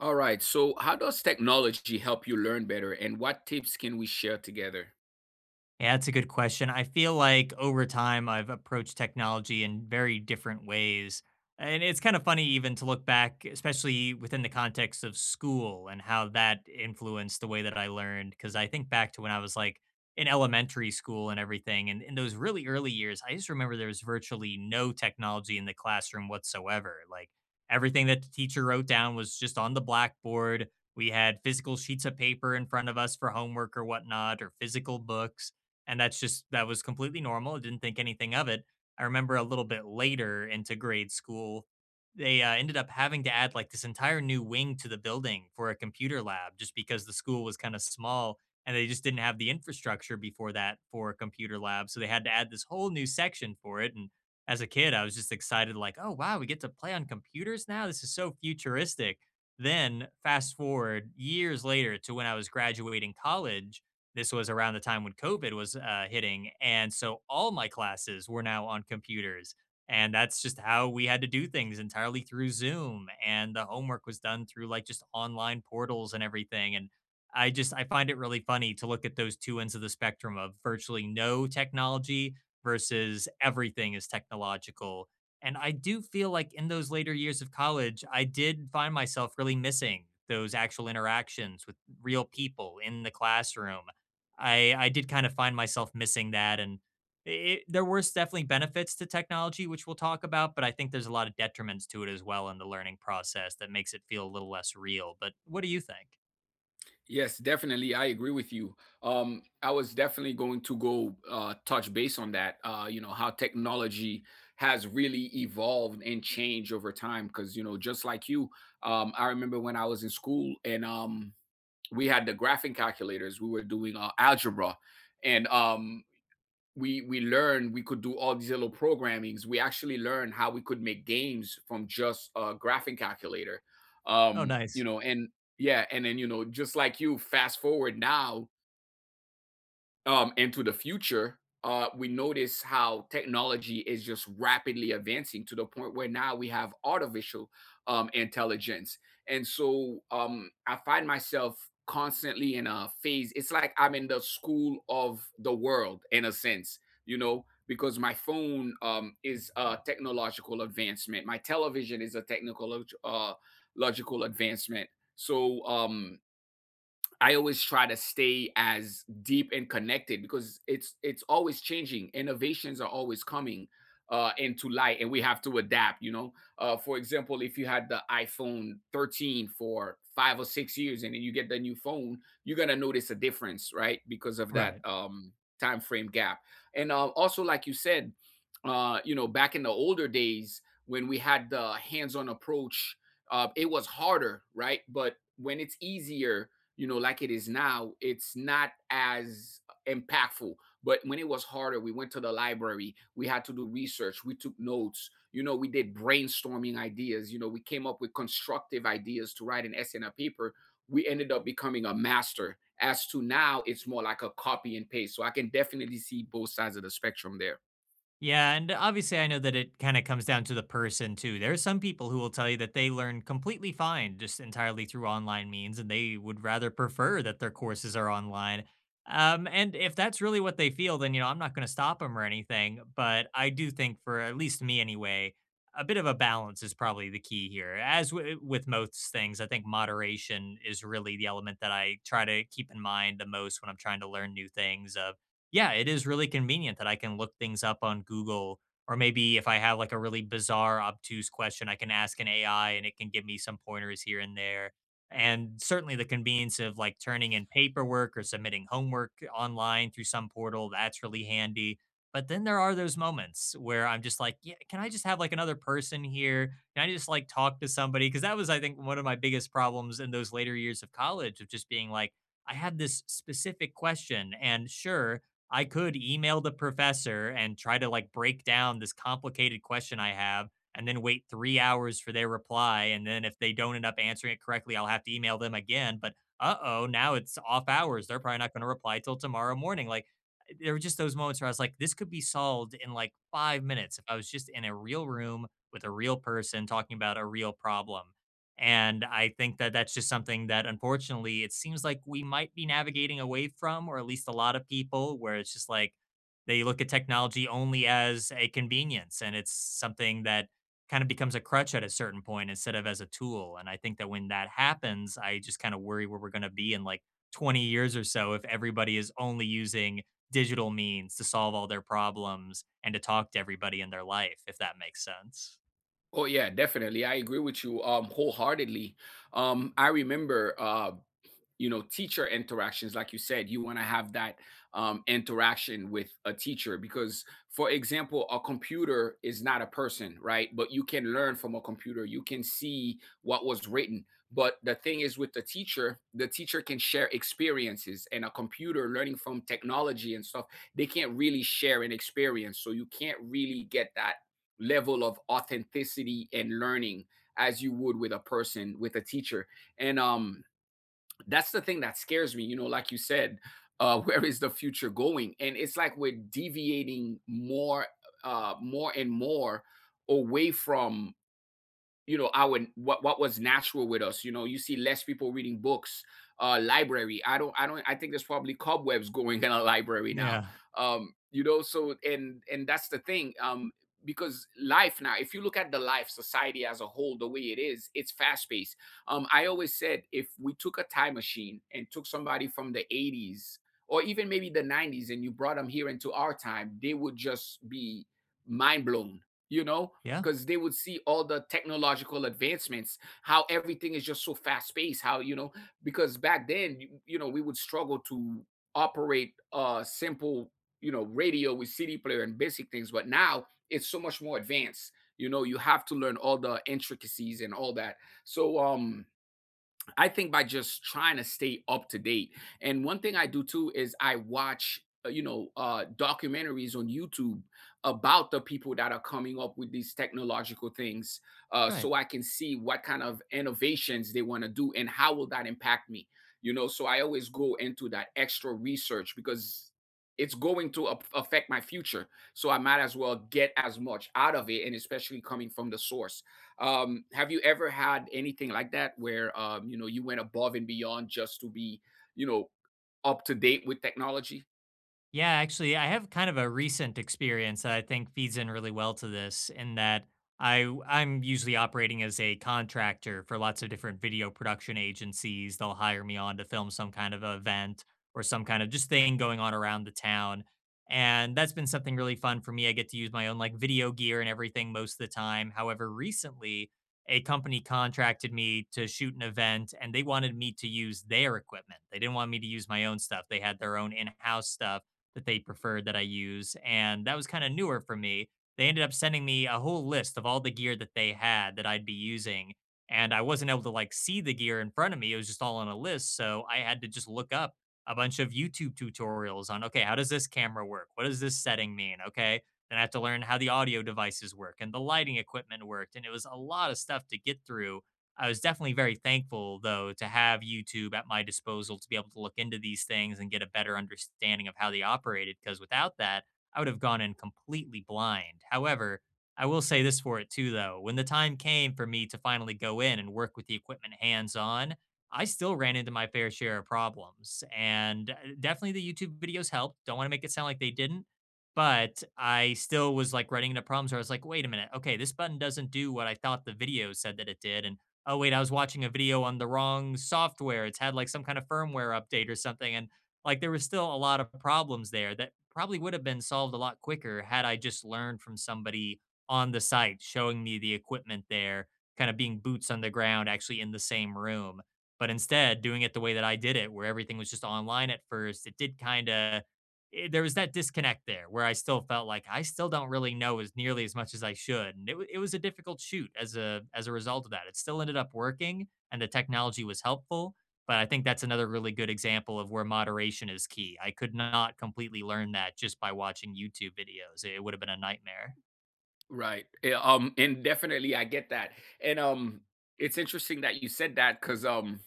All right. So, how does technology help you learn better, and what tips can we share together? Yeah, that's a good question. I feel like over time I've approached technology in very different ways. And it's kind of funny even to look back, especially within the context of school and how that influenced the way that I learned. Because I think back to when I was like in elementary school and everything. And in those really early years, I just remember there was virtually no technology in the classroom whatsoever. Like everything that the teacher wrote down was just on the blackboard. We had physical sheets of paper in front of us for homework or whatnot, or physical books and that was completely normal. I didn't think anything of it. I remember a little bit later into grade school, they ended up having to add like this entire new wing to the building for a computer lab just because the school was kind of small and they just didn't have the infrastructure before that for a computer lab. So they had to add this whole new section for it. And as a kid, I was just excited, like, oh, wow, we get to play on computers now. This is so futuristic. Then fast forward years later to when I was graduating college, this was around the time when COVID was hitting, and so all my classes were now on computers, and that's just how we had to do things entirely through Zoom, and the homework was done through like just online portals and everything, and I find it really funny to look at those two ends of the spectrum of virtually no technology versus everything is technological. And I do feel like in those later years of college, I did find myself really missing those actual interactions with real people in the classroom. I did kind of find myself missing that, and there were definitely benefits to technology, which we'll talk about, but I think there's a lot of detriments to it as well in the learning process that makes it feel a little less real. But what do you think? Yes, definitely. I agree with you. I was definitely going to go touch base on that. You know how technology has really evolved and changed over time. Because you know, just like you, I remember when I was in school, and we had the graphing calculators. We were doing algebra, and we learned we could do all these little programmings. We actually learned how we could make games from just a graphing calculator. Oh, You nice. know, and yeah, and then you know, just like you, fast forward now, into the future, we notice how technology is just rapidly advancing to the point where now we have artificial intelligence. And so I find myself constantly in a phase. It's like I'm in the school of the world, in a sense, you know, because my phone is a technological advancement, my television is a technical logical advancement. So, I always try to stay as deep and connected because it's always changing. Innovations are always coming into light, and we have to adapt. You know, for example, if you had the iPhone 13 for 5 or 6 years, and then you get the new phone, you're gonna notice a difference, right? Because of that Right. Time frame gap, and also, like you said, you know, back in the older days when we had the hands-on approach, it was harder, right? But when it's easier you know, like it is now, it's not as impactful. But when it was harder, we went to the library, we had to do research, we took notes, you know, we did brainstorming ideas, you know, we came up with constructive ideas to write an essay in a paper. We ended up becoming a master. As to now, it's more like a copy and paste. So I can definitely see both sides of the spectrum there. Yeah, and obviously, I know that it kind of comes down to the person too. There are some people who will tell you that they learn completely fine just entirely through online means, and they would rather prefer that their courses are online. And if that's really what they feel, then you know I'm not going to stop them or anything. But I do think, for at least me anyway, a bit of a balance is probably the key here. As with most things, I think moderation is really the element that I try to keep in mind the most when I'm trying to learn new things. Of yeah, it is really convenient that I can look things up on Google, or maybe if I have like a really bizarre, obtuse question, I can ask an AI and it can give me some pointers here and there. And certainly the convenience of like turning in paperwork or submitting homework online through some portal, that's really handy. But then there are those moments where I'm just like, yeah, can I just have like another person here? Can I just like talk to somebody? Because that was, I think, one of my biggest problems in those later years of college of just being like, I have this specific question. And sure, I could email the professor and try to like break down this complicated question I have and then wait 3 hours for their reply. And then if they don't end up answering it correctly, I'll have to email them again. But oh, now it's off hours. They're probably not going to reply till tomorrow morning. Like eh, there were just those moments where I was like, this could be solved in like 5 minutes if I was just in a real room with a real person talking about a real problem. And I think that that's just something that, unfortunately, it seems like we might be navigating away from, or at least a lot of people, where it's just like they look at technology only as a convenience and it's something that kind of becomes a crutch at a certain point instead of as a tool. And I think that when that happens, I just kind of worry where we're going to be in like 20 years or so if everybody is only using digital means to solve all their problems and to talk to everybody in their life, if that makes sense. Oh yeah, definitely. I agree with you wholeheartedly. I remember you know teacher interactions like you said you want to have that interaction with a teacher, because for example a computer is not a person, right? But you can learn from a computer, you can see what was written. But the thing is with the teacher, the teacher can share experiences, and a computer learning from technology and stuff, they can't really share an experience, so you can't really get that level of authenticity and learning as you would with a person, with a teacher. And that's the thing that scares me, you know, like you said, where is the future going? And it's like we're deviating more more and more away from, you know, our what was natural with us. You know, you see less people reading books. Library, I don't I don't I think there's probably cobwebs going in a library now. Yeah. You know, so and that's the thing. Because life now, if you look at the life society as a whole, the way it is, it's fast paced. I always said, if we took a time machine and took somebody from the 80s or even maybe the 90s and you brought them here into our time, they would just be mind blown, you know, Yeah. because they would see all the technological advancements, how everything is just so fast paced. How, you know, because back then you know, we would struggle to operate simple, you know, radio with cd player and basic things, but now it's so much more advanced. You know, you have to learn all the intricacies and all that. So I think by just trying to stay up to date. And one thing I do too is I watch, you know, documentaries on YouTube about the people that are coming up with these technological things, Right. so I can see what kind of innovations they want to do and how will that impact me. You know, so I always go into that extra research because it's going to affect my future. So I might as well get as much out of it, and especially coming from the source. Have you ever had anything like that where you know, you went above and beyond just to be, you know, up to date with technology? Yeah, actually, I have kind of a recent experience that I think feeds in really well to this, in that I'm usually operating as a contractor for lots of different video production agencies. They'll hire me on to film some kind of event or some kind of just thing going on around the town. And that's been something really fun for me. I get to use my own like video gear and everything most of the time. However, recently a company contracted me to shoot an event and they wanted me to use their equipment. They didn't want me to use my own stuff. They had their own in-house stuff that they preferred that I use. And that was kind of newer for me. They ended up sending me a whole list of all the gear that they had that I'd be using. And I wasn't able to like see the gear in front of me. It was just all on a list. So I had to just look up a bunch of YouTube tutorials on, okay, how does this camera work? What does this setting mean? Okay. Then I have to learn how the audio devices work and the lighting equipment worked. And it was a lot of stuff to get through. I was definitely very thankful, though, to have YouTube at my disposal to be able to look into these things and get a better understanding of how they operated, because without that, I would have gone in completely blind. However, I will say this for it too, though. When the time came for me to finally go in and work with the equipment hands on, I still ran into my fair share of problems. And definitely the YouTube videos helped. Don't want to make it sound like they didn't. But I still was like running into problems where I was like, wait a minute. Okay, this button doesn't do what I thought the video said that it did. And oh wait, I was watching a video on the wrong software. It's had like some kind of firmware update or something. And like there was still a lot of problems there that probably would have been solved a lot quicker had I just learned from somebody on the site showing me the equipment there, kind of being boots on the ground, actually in the same room. But instead, doing it the way that I did it, where everything was just online at first, it did kind of there was that disconnect there where I still felt like I still don't really know as nearly as much as I should, and it was a difficult shoot as a result of that. It still ended up working, and the technology was helpful, but I think that's another really good example of where moderation is key. I could not completely learn that just by watching YouTube videos. It would have been a nightmare. Right. Yeah. And definitely I get that. And it's interesting that you said that, because um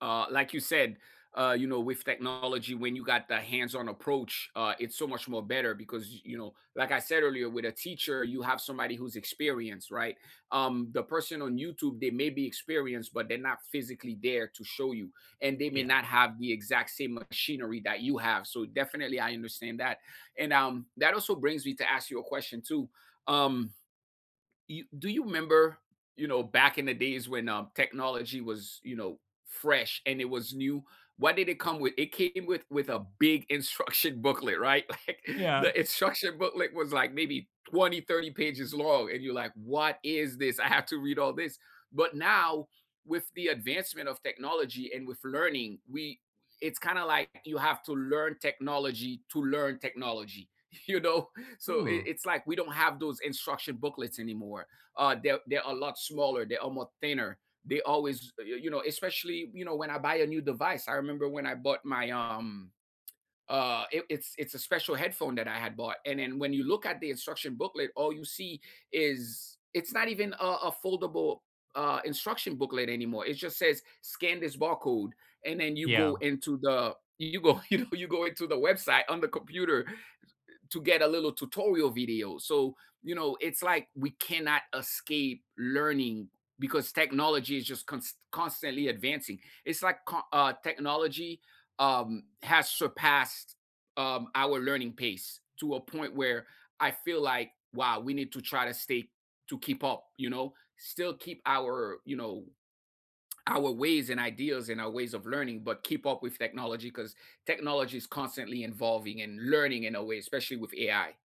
uh, like you said, you know, with technology, when you got the hands-on approach, it's so much more better because you know, like I said earlier, with a teacher, you have somebody who's experienced, right? The person on YouTube, they may be experienced, but they're not physically there to show you, and they may Yeah. not have the exact same machinery that you have. So definitely, I understand that, and that also brings me to ask you a question too. Um, do you remember, you know, back in the days when technology was, you know, fresh and it was new, what did it come with? It came with a big instruction booklet, right? Like Yeah. the instruction booklet was like maybe 20, 30 pages long and you're like, what is this? I have to read all this. But now, with the advancement of technology and with learning, we, it's kind of like you have to learn technology to learn technology. You know, so Ooh. it's like we don't have those instruction booklets anymore. They're a lot smaller. They're almost thinner. They always, you know, especially you know when I buy a new device. I remember when I bought my it's a special headphone that I had bought, and then when you look at the instruction booklet, all you see is, it's not even a foldable instruction booklet anymore. It just says scan this barcode, and then you Yeah. go into the, you go you know, you go into the website on the computer to get a little tutorial video. So, you know, it's like we cannot escape learning because technology is just constantly advancing. It's like technology has surpassed our learning pace to a point where I feel like, wow, we need to try to stay to keep up, you know, still keep our, you know, our ways and ideas and our ways of learning, but keep up with technology because technology is constantly evolving and learning in a way, especially with AI.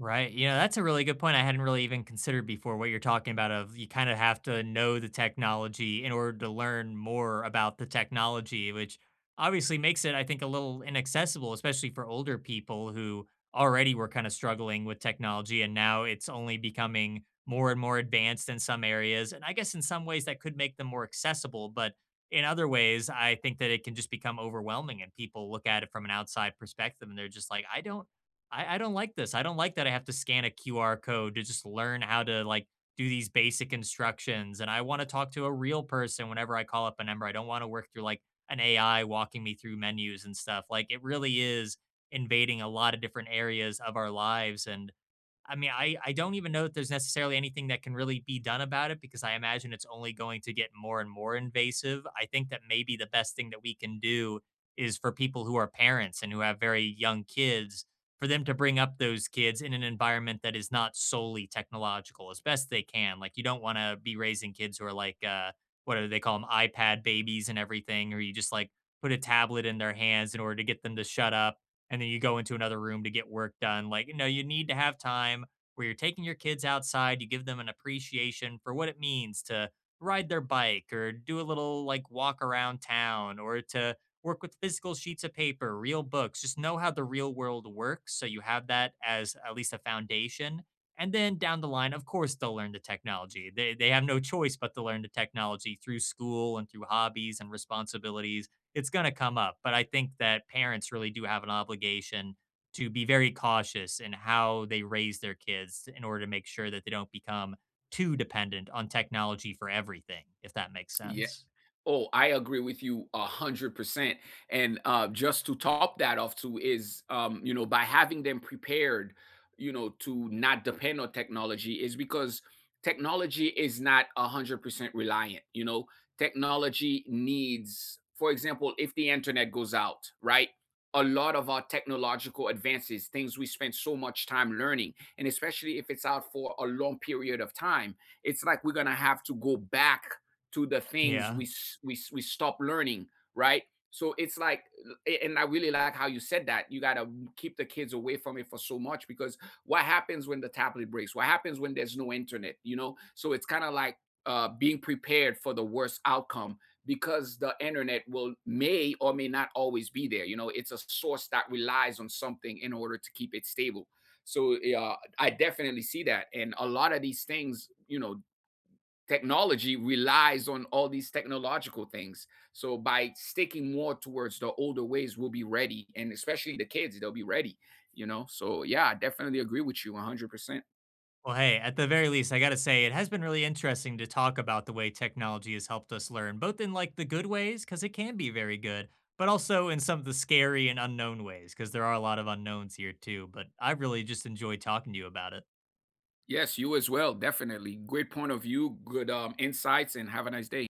Right. You know, that's a really good point I hadn't really even considered before what you're talking about of you kind of have to know the technology in order to learn more about the technology, which obviously makes it, I think, a little inaccessible, especially for older people who already were kind of struggling with technology and now it's only becoming more and more advanced in some areas. And I guess in some ways that could make them more accessible, but in other ways, I think that it can just become overwhelming and people look at it from an outside perspective and they're just like, I don't like this. I don't like that I have to scan a QR code to just learn how to like do these basic instructions. And I want to talk to a real person whenever I call up a number. I don't want to work through like an AI walking me through menus and stuff. Like it really is invading a lot of different areas of our lives. And I mean, I don't even know that there's necessarily anything that can really be done about it because I imagine it's only going to get more and more invasive. I think that maybe the best thing that we can do is for people who are parents and who have very young kids, for them to bring up those kids in an environment that is not solely technological as best they can. Like you don't want to be raising kids who are like what do they call them, iPad babies and everything, or you just like put a tablet in their hands in order to get them to shut up and then you go into another room to get work done. Like, no, you need to have time where you're taking your kids outside, you give them an appreciation for what it means to ride their bike or do a little like walk around town or to work with physical sheets of paper, real books. Just know how the real world works so you have that as at least a foundation. And then down the line, of course, they'll learn the technology. They have no choice but to learn the technology through school and through hobbies and responsibilities, it's going to come up. But I think that parents really do have an obligation to be very cautious in how they raise their kids in order to make sure that they don't become too dependent on technology for everything, if that makes Yeah. sense. Oh, I agree with you 100%. And just to top that off too is, you know, by having them prepared, you know, to not depend on technology, is because technology is not 100% reliant. You know, technology needs, for example, if the internet goes out, right? A lot of our technological advances, things we spend so much time learning, and especially if it's out for a long period of time, it's like we're going to have to go back to the things Yeah. we stop learning, right? So it's like, eh, and I really like how you said that. You gotta keep the kids away from it for so much, because what happens when the tablet breaks? What happens when there's no internet? You know, so it's kind of like being prepared for the worst outcome, because the internet will may or may not always be there. You know, it's a source that relies on something in order to keep it stable. So I definitely see that, and a lot of these things, you know, technology relies on all these technological things. So by sticking more towards the older ways, we'll be ready, and especially the kids, they'll be ready. You know, so yeah, I definitely agree with you 100%. Well, hey, at the very least, I got to say, it has been really interesting to talk about the way technology has helped us learn, both in like the good ways, because it can be very good, but also in some of the scary and unknown ways, because there are a lot of unknowns here too. But I really just enjoyed talking to you about it. Yes, you as well. Definitely. Great point of view, good insights, and have a nice day.